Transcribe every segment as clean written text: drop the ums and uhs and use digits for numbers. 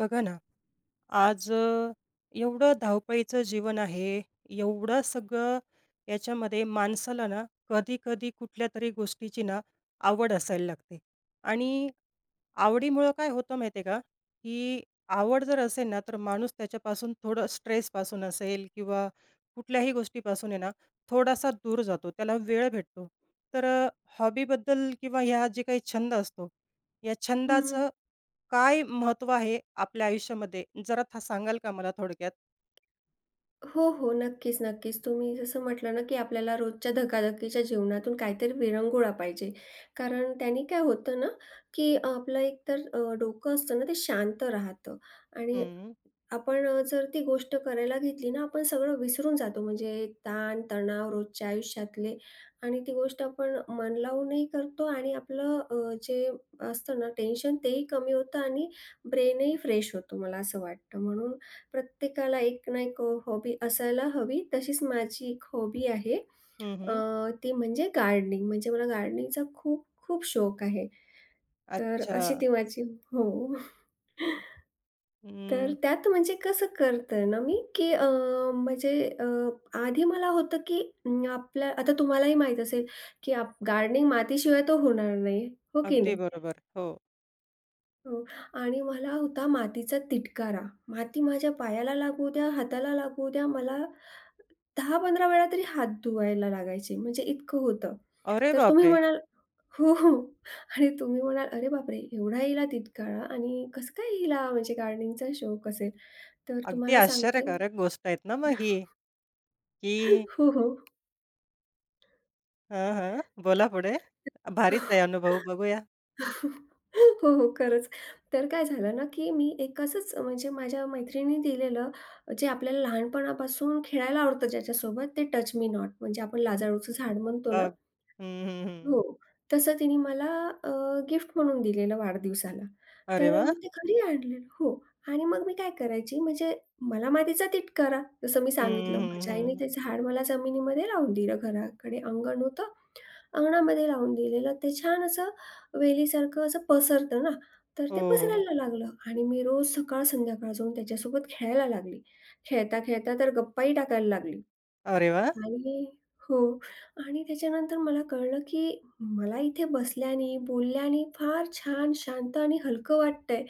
बघा ना, आज एवढं धावपळीचं जीवन आहे, एवढं सगळं याच्यामध्ये माणसाला ना, कधी-कधी तरी गोष्टीची ना, आवड असायला लागते आणि आवडीमुळं काय होतं माहिती आहे का, की आवड जर असेल ना, तर माणूस त्याच्यापासून थोडं स्ट्रेसपासून असेल किंवा कुठल्याही गोष्टीपासून आहे ना, थोडासा दूर जातो. त्याला वेळ भेटतो. तर हॉबीबद्दल किंवा ह्या जे काही छंद असतो, या हं, हं. छंदाचं काय महत्त्व आहे आपल्या आयुष्यामध्ये? जरा सांगाल का मला थोडक्यात? हो, हो. नक्कीच, नक्कीच. तुम्ही जसं म्हटलं ना, की आपल्याला रोजच्या धकाधकीच्या जीवनातून काहीतरी विरंगुळा पाहिजे. कारण त्याने काय होतं ना, की आपलं एकतर डोकं असतं ना, ते शांत राहतं आणि हं, आपण जर ती गोष्ट करायला घेतली ना, आपण सगळं विसरून जातो. म्हणजे ताण-तणाव रोजच्या आयुष्यातले आणि ती गोष्ट आपण मन लावूनही करतो आणि आपलं जे असतं ना टेन्शन तेही कमी होतं आणि ब्रेनही फ्रेश होतो, मला असं वाटतं. म्हणून प्रत्येकाला एक ना एक हॉबी असायला हवी. तशीच माझी एक हॉबी आहे. हं, अ, हं. ती म्हणजे गार्डनिंग. म्हणजे मला गार्डनिंगचा खूप खूप शौक आहे. तर अच्छा. अशी ती माझी हो. तर हं. त्यात म्हणजे कसं करते ना मी, की म्हणजे अ, आधी मला होतं, की आपल्या आता तुम्हालाही माहीत असेल, की आप गार्डनिंग मातीशिवाय तर होणार नाही, हो की अगदी नाही? बरोबर. हो. हो आणि मला होता मातीचा तिटकारा. माती माझ्या पायाला लागू द्या, हाताला लागू द्या, मला 10-15 वेळा तरी हात धुवायला लागायचे, म्हणजे इतकं होतं. अरे तर तुम्ही बापरे! म्हणाल हो, हो. आणि तुम्ही म्हणाल, "अरे बापरे! एवढा हिला तिटकारा आणि कसं काय हिला म्हणजे गार्डनिंगचा शौक असेल?" तर अगदी तुम्हाला सांगते आश्चर्यकारक गोष्ट आहेत ना मग ही, की हो, हो. हां, हां. बोला पुढे. भारीच आहे अनुभव बघूया. हो, हो. खरंच. तर काय झालं ना, की मी एक असंच म्हणजे माझ्या मैत्रिणीने दिलेलं जे आपल्याला लहानपणापासून खेळायला आवडतं ज्याच्यासोबत ते टच मी नॉट म्हणजे आपण अ, लाजाळूचं झाड म्हणतो अ, ना हं, हं, हं. हो. तसं तिने मला अ, गिफ्ट म्हणून दिलेलं वाढदिवसाला. अरे तर वा, मी ते घरी आणलेलं हो. आणि मग मी काय करायची म्हणजे मला मातीचा तिटकारा, जसं मी हं, सांगितलं. हं, माझ्या आईने हं. ते झाड मला जमिनीमध्ये लावून दिलं. घराकडे अंगण होतं. अंगणामध्ये लावून दिलेलं. ते छान असं वेलीसारखं असं पसरतं ना, तर हो, ते हो. हो. पसरायला लागलं आणि मी रोज सकाळ संध्याकाळ जाऊन त्याच्यासोबत खेळायला लागली. खेळता, खेळता तर गप्पाही टाकायला लागली. अरे वा, आणि हो आणि त्याच्यानंतर मला कळलं, की मला इथे बसल्याने, बोलल्याने फार छान, शांत आणि हलकं वाटतंय.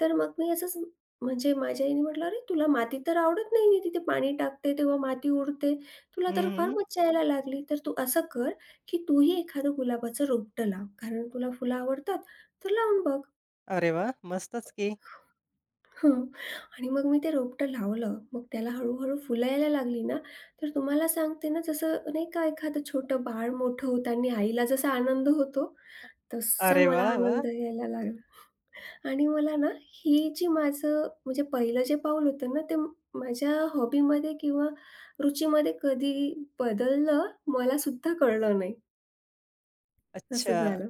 तर मग मी असंच म्हणजे माझ्या आईने म्हटलं, "अरे तुला माती तर आवडत नाही आहे. तिथे पाणी टाकते तेव्हा माती उडते. तुला हं, तर फार हं. मज्जा यायला लागली. तर तू असं कर, की तूही एखादं गुलाबाचं रोपटं लाव. कारण तुला फुलं आवडतात, तर लावून बघ." अरे वाह! मस्तच की. हं. आणि मग मी ते रोपटं लावलं. मग त्याला हळू फुलं यायला लागली ना, तर तुम्हाला सांगते ना जसं नाही का एखादं छोटं बाळ मोठं होताना आईला जसा आनंद होतो, तसा अरे मला वा, वाह! आनंद यायला लागला. आणि मला ना ही जी माझं म्हणजे पहिलं जे पाऊल होतं ना, माझ्या हॉबीमध्ये किंवा रुचीमध्ये कधी बदललं मलासुद्धा कळलं नाही, असं अच्छा. झालं.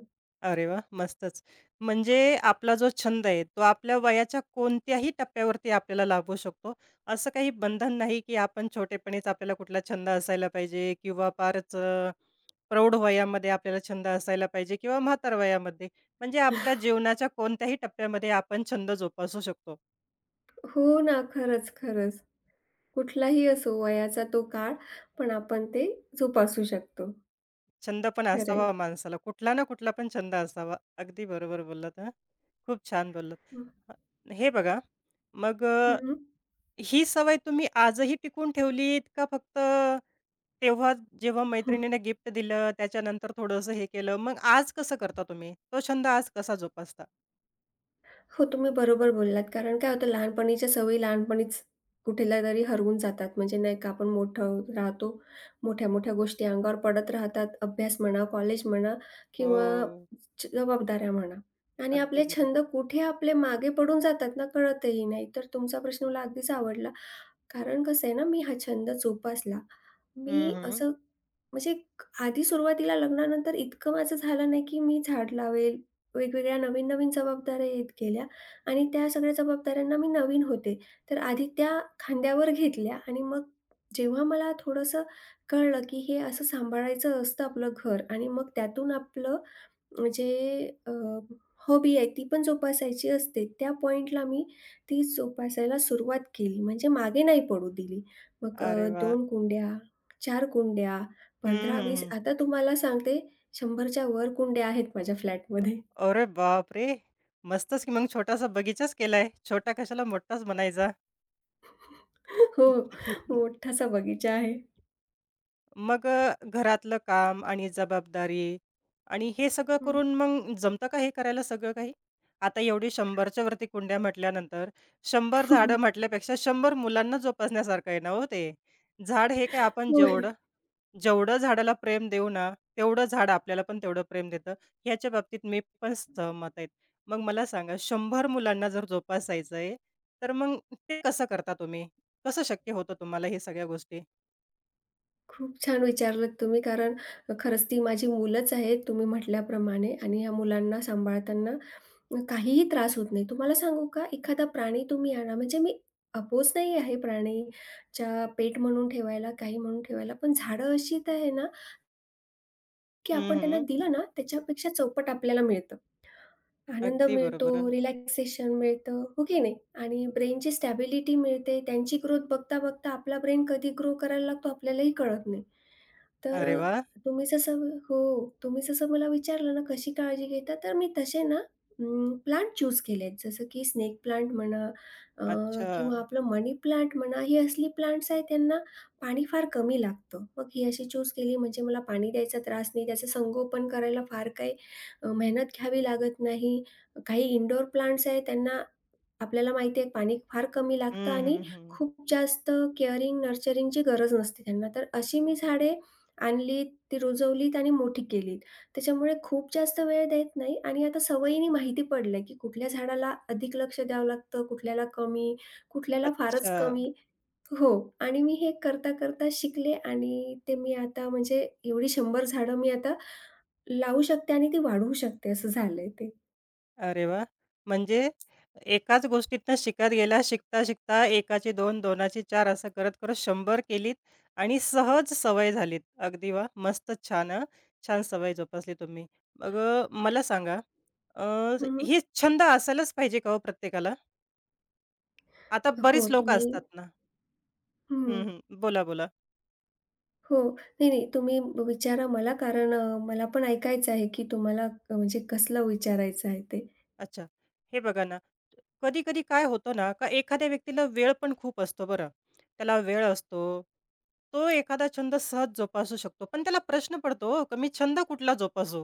अरे वाह! मस्तच. म्हणजे आपला जो छंद आहे, तो आपल्या वयाच्या कोणत्याही टप्प्यावरती आपल्याला लागू शकतो. असं काही बंधन नाही, की आपण छोटेपणीच आपल्याला कुठला छंद असायला पाहिजे किंवा फारच प्रौढ वयामध्ये आपल्याला छंद असायला पाहिजे किंवा म्हातार वयामध्ये. म्हणजे आपल्या जीवनाच्या कोणत्याही टप्प्यामध्ये आपण छंद जोपासू शकतो. हो ना, खरंच, खरंच. कुठलाही असो वयाचा तो काळ, पण आपण ते जोपासू शकतो. छंद पण खरं आहे. असावा माणसाला, कुठला ना कुठला पण छंद असावा. अगदी बरोबर बोललात हां. खूप छान बोललात. हं, हे बघा, मग हं, हं. ही सवय तुम्ही आजही टिकवून ठेवलीत का फक्त तेव्हा जेव्हा मैत्रिणीने गिफ्ट दिलं, त्याच्यानंतर थोडंसं हे केलं, मग आज कसं करता तुम्ही? तो छंद आज कसा जोपासता? हो, तुम्ही बरोबर बोललात. कारण काय होतं लहानपणीच्या सवयी लहानपणीच कुठेला तरी हरवून जातात. म्हणजे नाही का आपण मोठं राहतो, मोठ्या-मोठ्या गोष्टी अंगावर पडत राहतात. अभ्यास म्हणा, कॉलेज म्हणा किंवा हो, जबाबदाऱ्या म्हणा आणि अगदी आपले छंद बरोबर. कुठे आपले मागे पडून जातात ना कळतही नाही. तर तुमचा प्रश्न मला अगदीच आवडला. कारण कसं आहे ना, मी हा छंद जोपासला. हं, मी हं. असं म्हणजे आधी सुरुवातीला लग्नानंतर इतकं माझं झालं नाही, की मी झाड लावेल. वेगवेगळ्या नवीन-नवीन जबाबदाऱ्या येत गेल्या. आणि त्या सगळ्या जबाबदाऱ्यांना मी नवीन होते. तर आधी त्या खांद्यावर घेतल्या आणि मग जेव्हा मला थोडंसं कळलं, की हे असं सांभाळायचं असतं आपलं घर आणि मग त्यातून आपलं म्हणजे अ, हॉबी आहे ती पण जोपासायची असते. त्या पॉइंटला मी ती जोपासायला सुरुवात केली. म्हणजे मागे नाही पडू दिली. मग अरे वाह! 2 कुंड्या, 4 कुंड्या, हं, हं, 15-20 हं. आता तुम्हाला सांगते 100च्या वर कुंड्या आहेत माझ्या फ्लॅटमध्ये. अरे बापरे! मस्तच की मग छोटासा बगीचाच केलाय. छोटा कशाला मोठाच म्हणायचा. हो, मोठासा बगीचा आहे. मग घरातलं काम आणि जबाबदारी आणि हे सगळं हं. करून मग जमतं का हे करायला सगळं काही? आता एवढी 100च्या वरती कुंड्या म्हटल्यानंतर 100 झाडं म्हटल्यापेक्षा 100 मुलांना जोपासण्यासारखं आहे ना हो ते. झाड हे काय आपण होय. जेवढं जेवढं झाडाला प्रेम देऊ ना, तेवढं झाड आपल्याला पण तेवढं प्रेम देतं. ह्याच्या बाबतीत मी पण सहमत आहेत. मग मला सांगा 100 मुलांना जर जोपासायचं आहे, तर मग ते कसं करता तुम्ही? कसं शक्य होतं तुम्हाला हे सगळ्या गोष्टी? खूप छान विचारलत तुम्ही कारण खरंच ती माझी मुलंच आहेत तुम्ही म्हटल्याप्रमाणे आणि ह्या मुलांना सांभाळताना काहीही त्रास होत नाही. तुम्हाला सांगू का एखादा प्राणी तुम्ही आणा म्हणजे मी अपोज नाही आहे प्राणीच्या पेट म्हणून ठेवायला, काही म्हणून ठेवायला, पण झाडं अशी तर आहे ना, की हं, आपण त्यांना हं. दिलं ना त्याच्यापेक्षा चौपट आपल्याला मिळतं. आनंद अगदी मिळतो, बरोबर. रिलॅक्सेशन मिळतं, हो की नाही? आणि ब्रेनची स्टॅबिलिटी मिळते. त्यांची ग्रोथ बघता-बघता आपला ब्रेन कधी ग्रो करायला लागतो आपल्यालाही कळत नाही. तर अरे वाह! तुम्ही जसं हो, तुम्ही जसं मला विचारलं ना कशी काळजी घेता, तर मी तसे ना प्लांट चूज केलेत. जसं की स्नेक प्लांट म्हणा अ, किंवा अच्छा. आपलं मनी प्लांट म्हणा, ही असली प्लांट्स आहेत त्यांना पाणी फार कमी लागतं. मग ही अशी चूज केली म्हणजे मला पाणी द्यायचा त्रास नाही, त्याचं संगोपन करायला फार काही मेहनत घ्यावी लागत नाही काही इनडोअर प्लांट्स आहेत त्यांना आपल्याला माहिती आहे पाणी फार कमी लागतं हं, आणि हं, हं. खूप जास्त केअरिंग, नर्चरिंगची गरज नसते त्यांना. तर अशी मी झाडे आणलीत, ती रुजवलीत आणि मोठी केलीत. त्याच्यामुळे खूप जास्त वेळ देत नाही आणि आता सवयीने माहिती पडलंय, की कुठल्या झाडाला अधिक लक्ष द्यावं लागतं, कुठल्याला कमी, कुठल्याला फारच अच्छा. कमी. हो. आणि मी हे करता-करता शिकले आणि ते मी आता म्हणजे एवढी 100 झाडं मी आता लावू शकते आणि ती वाढवू शकते असं झालंय ते. अरे वाह! म्हणजे एकाच गोष्टीतनं शिकत गेला, शिकता-शिकता एकाची, दोन, दोनाची, चार असं करत-करत 100 केलीत आणि सहज सवय झालीत. अगदी वाह! मस्त छान हां. छान सवय जोपासली तुम्ही. मग मला सांगा अ, हं, हे छंद असायलाच पाहिजे का हो प्रत्येकाला? आता हो, बरीच लोकं तुम्ही असतात ना. हं. हं, हं. बोला, बोला. हो. नाही, नाही. तुम्ही विचारा मला कारण मला पण ऐकायचं आहे, की तुम्हाला म्हणजे कसलं विचारायचं आहे ते. अच्छा. हे बघा ना कधी-कधी काय होतं ना, का एखाद्या व्यक्तीला वेळ पण खूप असतो बरं. त्याला वेळ असतो. तो एखादा छंद सहज जोपासू शकतो. पण त्याला प्रश्न पडतो हो, का मी छंद कुठला जोपासू?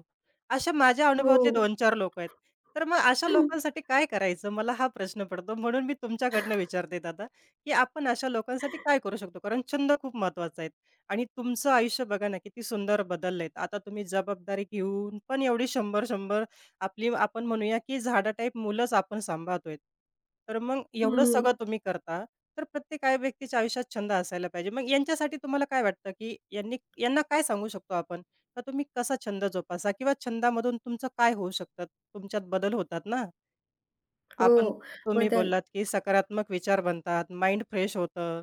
अशा माझ्या हो. अनुभवातले 2-4 लोकं आहेत. तर मग अशा लोकांसाठी काय करायचं? मला हा प्रश्न पडतो. म्हणून मी तुमच्याकडनं विचारते दादा, की आपण अशा लोकांसाठी काय करू शकतो? कारण छंद खूप महत्त्वाचा आहे आणि तुमचं आयुष्य बघा ना, किती सुंदर बदललंय. आता तुम्ही जबाबदारी घेऊन पण एवढी 100-100 आपली आपण म्हणूया की झाडा टाइप मुलंच आपण सांभाळतोय. तर मग एवढं सगळं हं. तुम्ही करता, तर प्रत्येक व्यक्तीच्या आयुष्यात छंद असायला पाहिजे. मग यांच्यासाठी तुम्हाला काय वाटतं, की यांनी यांना काय सांगू शकतो आपण? का तुम्ही कसा छंद जोपासा किंवा छंदामधून तुमचं काय होऊ शकतात? तुमच्यात बदल होतात ना. आपण हो. तुम्ही बदल बोललात की सकारात्मक विचार बनतात, माइंड फ्रेश होतं.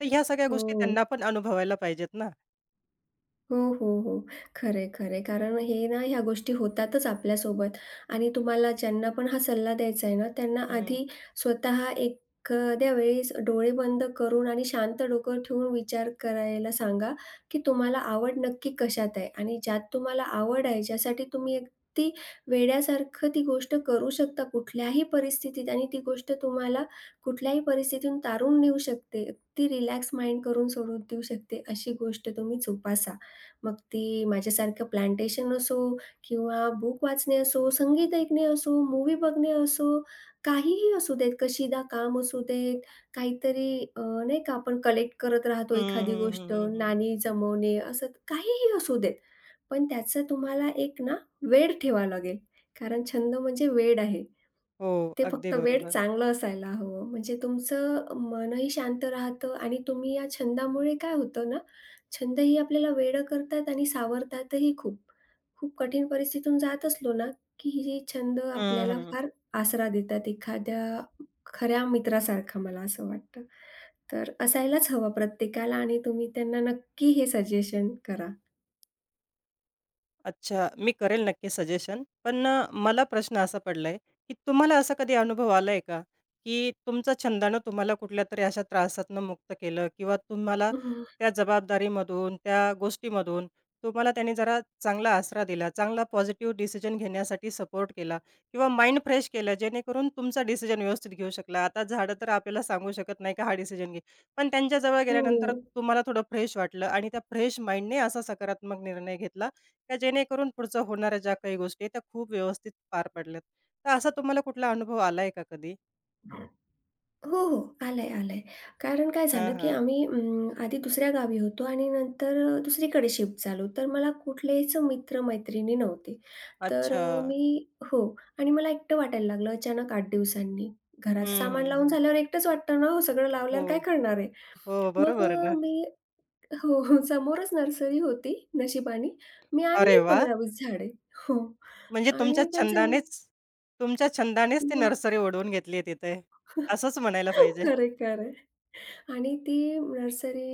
तर ह्या सगळ्या गोष्टी हो. त्यांना पण अनुभवायला पाहिजेत ना. हो, हो, हो. खरं आहे, कारण हे ना ह्या गोष्टी होतातच आपल्यासोबत आणि तुम्हाला ज्यांना पण हा सल्ला द्यायचा आहे ना, त्यांना हं. आधी स्वतः एखाद्या वेळेस डोळे बंद करून आणि शांत डोकं ठेवून विचार करायला सांगा, की तुम्हाला आवड नक्की कशात आहे आणि ज्यात तुम्हाला आवड आहे, ज्यासाठी तुम्ही अगदी वेड्यासारखं ती गोष्ट करू शकता कुठल्याही परिस्थितीत आणि ती गोष्ट तुम्हाला कुठल्याही परिस्थितीतून तारून नेऊ शकते. ती रिलॅक्स माइंड करून सोडून देऊ शकते, अशी गोष्ट तुम्ही जोपासा. मग ती माझ्यासारखं प्लांटेशन असो किंवा बुक वाचणे असो, संगीत ऐकणे असो, मूव्ही बघणे असो, काहीही असू देत, कशीदा काम असू देत, काहीतरी अ, नाही का आपण कलेक्ट करत राहतो हं, एखादी हं, गोष्ट, हं, हं, हं. नाणी जमवणे, असं काहीही असू देत. पण त्याचं तुम्हाला एक ना वेड ठेवावं लागेल. कारण छंद म्हणजे वेड आहे. हो, ते अगदी फक्त वेड बरोबर. चांगलं असायला हवं. म्हणजे तुमचं मनही शांत राहतं आणि तुम्ही या छंदामुळे काय होतं ना, छंदही आपल्याला वेडं करतात आणि सावरतातही खूप. खूप कठीण परिस्थितीतून जात असलो ना, की हे छंद हं, आपल्याला हं. फार आसरा देतात एखाद्या खऱ्या मित्रासारखा मला असं वाटतं. तर असायलाच हवा प्रत्येकाला आणि तुम्ही त्यांना नक्की हे सजेशन करा. अच्छा, मी करेल नक्की सजेशन. पण मला प्रश्न असा पडलाय, की तुम्हाला असा कधी अनुभव आलाय का, की तुमचा छंदानं तुम्हाला कुठल्यातरी अशा त्रासातनं मुक्त केलं किंवा तुम्हाला हं, त्या जबाबदारीमधून, त्या गोष्टीमधून तुम्हाला त्याने जरा चांगला आसरा दिला, चांगला पॉझिटिव्ह डिसिजन घेण्यासाठी सपोर्ट केला किंवा माइंड फ्रेश केलं, जेणेकरून तुमचा डिसिजन व्यवस्थित घेऊ शकला. आता झाडं तर आपल्याला सांगू शकत नाही का हा डिसिजन घे. पण त्यांच्याजवळ गेल्यानंतर हो. तुम्हाला थोडं फ्रेश वाटलं आणि त्या फ्रेश माइंडने असा सकारात्मक निर्णय घेतला. का जेणेकरून पुढचं होणाऱ्या ज्या काही गोष्टी आहेत, त्या खूप व्यवस्थित पार पडल्यात. तर असा तुम्हाला कुठला अनुभव आलाय का कधी? हो, हो. आलंय, आलंय. कारण काय हां, झालं, की हां. आम्ही आधी दुसऱ्या गावी होतो आणि नंतर दुसरीकडे शिफ्ट झालो. तर मला कुठलेच मित्र-मैत्रिणी नव्हते. तर अच्छा. मी हो आणि मला एकटं वाटायला लागलं अचानक 8 दिवसांनी. घरात हं, सामान हं, लावून हं. झाल्यावर एकटंच वाटतं ना हो, सगळं हो. लावल्यावर काय करणार आहे? हो, मग बरोबर आहे ना. मी हो, हो. समोरच नर्सरी होती नशिबाने. मी अरे आणली वाह! 15-20 झाडे. हो म्हणजे तुमच्या आणि त्यांचं छंदानेच ती मग नर्सरी ओढवून घेतली आहे तिथे. असंच म्हणायला पाहिजे. खरंय, खरंय. आणि ती नर्सरी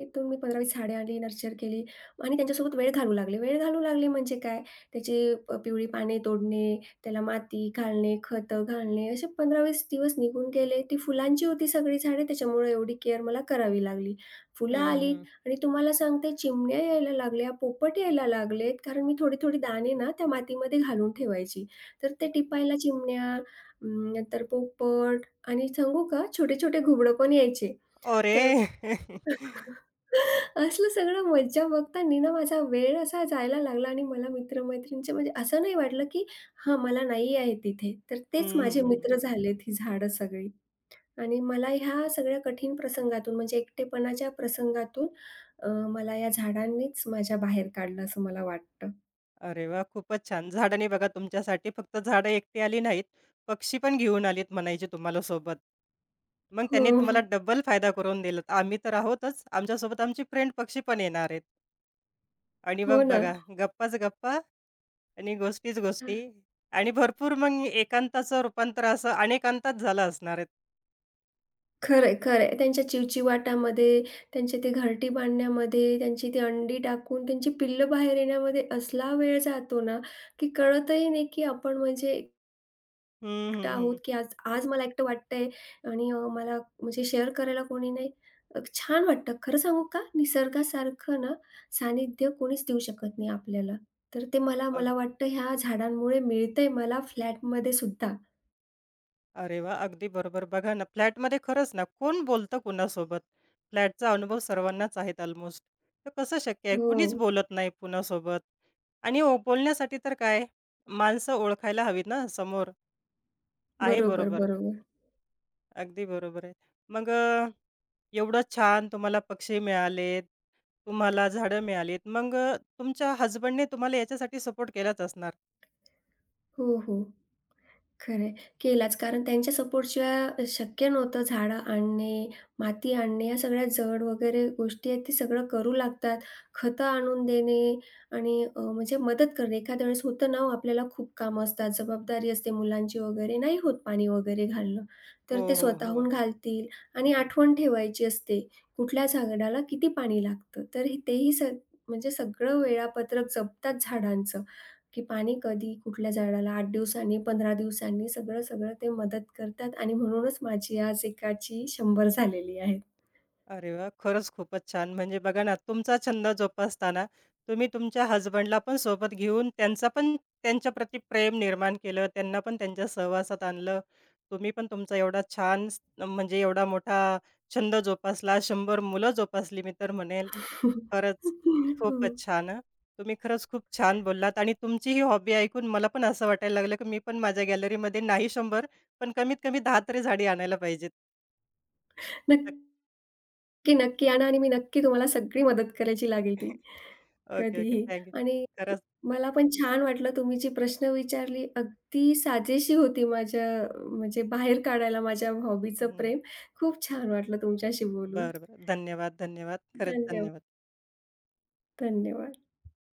तिथून मी 15वी झाडे आणली, नर्चर केली आणि त्यांच्यासोबत वेळ घालवू लागले. वेळ घालवू लागले म्हणजे काय? त्याची पिवळी पाने तोडणे, त्याला माती घालणे, खतं घालणे असे 15-20 दिवस निघून गेले. ती फुलांची होती सगळी झाडे त्याच्यामुळे एवढी केअर मला करावी लागली. फुलं हं, आली हं. आणि तुम्हाला सांगते चिमण्या यायला लागल्या, पोपट यायला लागलेत कारण मी थोडी-थोडी दाणे ना त्या मातीमध्ये घालून ठेवायची. तर ते टिपायला चिमण्या, नंतर पोपट आणि सांगू का, छोटे-छोटे घुबडं पण यायचे. तर अरे! असलं सगळं मज्जा बघताना ना माझा वेळ असा जायला लागला आणि मला मित्र-मैत्रिणींचे म्हणजे असं नाही वाटलं, की हां, मला नाही आहे तिथे. तर हं, तेच माझे हं, हं. मित्र झालेत ही झाडं सगळी. आणि मला ह्या सगळ्या कठीण प्रसंगातून म्हणजे एकटेपणाच्या प्रसंगातून अ, मला या झाडांनीच माझ्या बाहेर काढलं असं मला वाटतं. अरे वाह! खूपच छान. झाडांनी बघा तुमच्यासाठी फक्त झाडं एकटी आली नाहीत, पक्षी पण घेऊन आलीत म्हणायचे तुम्हाला सोबत. मग हो. त्यांनी तुम्हाला डबल फायदा करून दिलात. आम्ही तर आहोतच, आमच्यासोबत आमची फ्रेंड पक्षी पण येणार आहेत. आणि हो मग ना. बघा गप्पाच गप्पा आणि गोष्टीच गोष्टी आणि भरपूर मग एकांताचं रूपांतर असं अनेकांतात झालं असणार आहेत. खरंय, खरंय. त्यांच्या चिवचिवाटामध्ये, त्यांचे ते घरटी बांधण्यामध्ये, त्यांची ती अंडी टाकून त्यांची पिल्लं बाहेर येण्यामध्ये असला वेळ जातो ना, की कळतही नाही, की आपण म्हणजे हं, एकटं हं, आहोत, की आज आज मला एकटं वाटतंय आणि मला म्हणजे शेअर करायला कोणी नाही. छान वाटतं. खरं सांगू का? निसर्गासारखं ना सानिध्य कोणीच देऊ शकत नाही आपल्याला. तर ते मला हं. मला वाटतं ह्या झाडांमुळे मिळतंय मला फ्लॅटमध्ये सुद्धा. अरे वाह! अगदी बरोबर. बघा ना, फ्लॅटमध्ये खरंच ना, कोण बोलतं कुणासोबत? फ्लॅटचा अनुभव सर्वांनाच आहेत अल्मोस्ट. तर कसं शक्य आहे? हो. कुणीच बोलत नाही कुणासोबत आणि बोलण्यासाठी तर काय, माणसं ओळखायला हवीत ना समोर. आहे बरोबर, बरोबर. बरोबर. अगदी बरोबर आहे. मग एवढं छान तुम्हाला पक्षी मिळालेत, तुम्हाला झाडं मिळालीत. मग तुमच्या हसबंडने तुम्हाला याच्यासाठी सपोर्ट केलाच असणार. हो, हो. खरं आहे. केलाच कारण त्यांच्या सपोर्टशिवाय शक्य नव्हतं झाडं आणणे, माती आणणे, या सगळ्या जड वगैरे गोष्टी आहेत, ते सगळं करू लागतात. खतं आणून देणे आणि म्हणजे मदत करणे. एखाद्या वेळेस होतं ना हो आपल्याला खूप कामं असतात, जबाबदारी असते मुलांची वगैरे, नाही होत पाणी वगैरे घालणं. तर ते हो, हो, हो. स्वतःहून घालतील आणि आठवण ठेवायची असते, कुठल्या झाडाला किती पाणी लागतं. तर हे- तेही स म्हणजे सगळं वेळापत्रक जपतात झाडांचं. की पाणी कधी, कुठल्या झाडाला 8 दिवसांनी, 15 दिवसांनी सगळं-सगळं ते मदत करतात आणि म्हणूनच माझी आज एकाची 100 झालेली आहेत. अरे वा, खरंच खूपच छान. म्हणजे बघा ना, तुमचा छंद जोपासताना तुम्ही तुमच्या हसबंडला पण सोबत घेऊन त्यांचा पण त्यांच्या प्रति प्रेम निर्माण केलं, त्यांना पण त्यांच्या सहवासात आणलं. तुम्ही पण तुमचा एवढा छान म्हणजे एवढा मोठा छंद जोपासला, 100 मुलं जोपासली मी तर म्हणेल. खरंच खूपच हो. छान हं. तुम्ही खरंच खूप छान बोललात आणि तुमची ही हॉबी ऐकून मला पण असं वाटायला लागलं, की मी पण माझ्या गॅलरीमध्ये नाही 100 पण कमीत कमी 10 तरी झाडी आणायला पाहिजेत. नक्की, नक्की आणा आणि मी नक्की तुम्हाला सगळी मदत करायची लागेल ती, ओके, ओके. कधीही. Thank you. आणि खरंच मला पण छान वाटलं तुम्ही जे प्रश्न विचारले अगदी साजेशी होती माझ्या म्हणजे बाहेर काढायला माझ्या हॉबीचं हं, प्रेम. खूप छान वाटलं तुमच्याशी बोलून. बरं, बरं. धन्यवाद, धन्यवाद. खरंच धन्यवाद, धन्यवाद. धन्यवाद.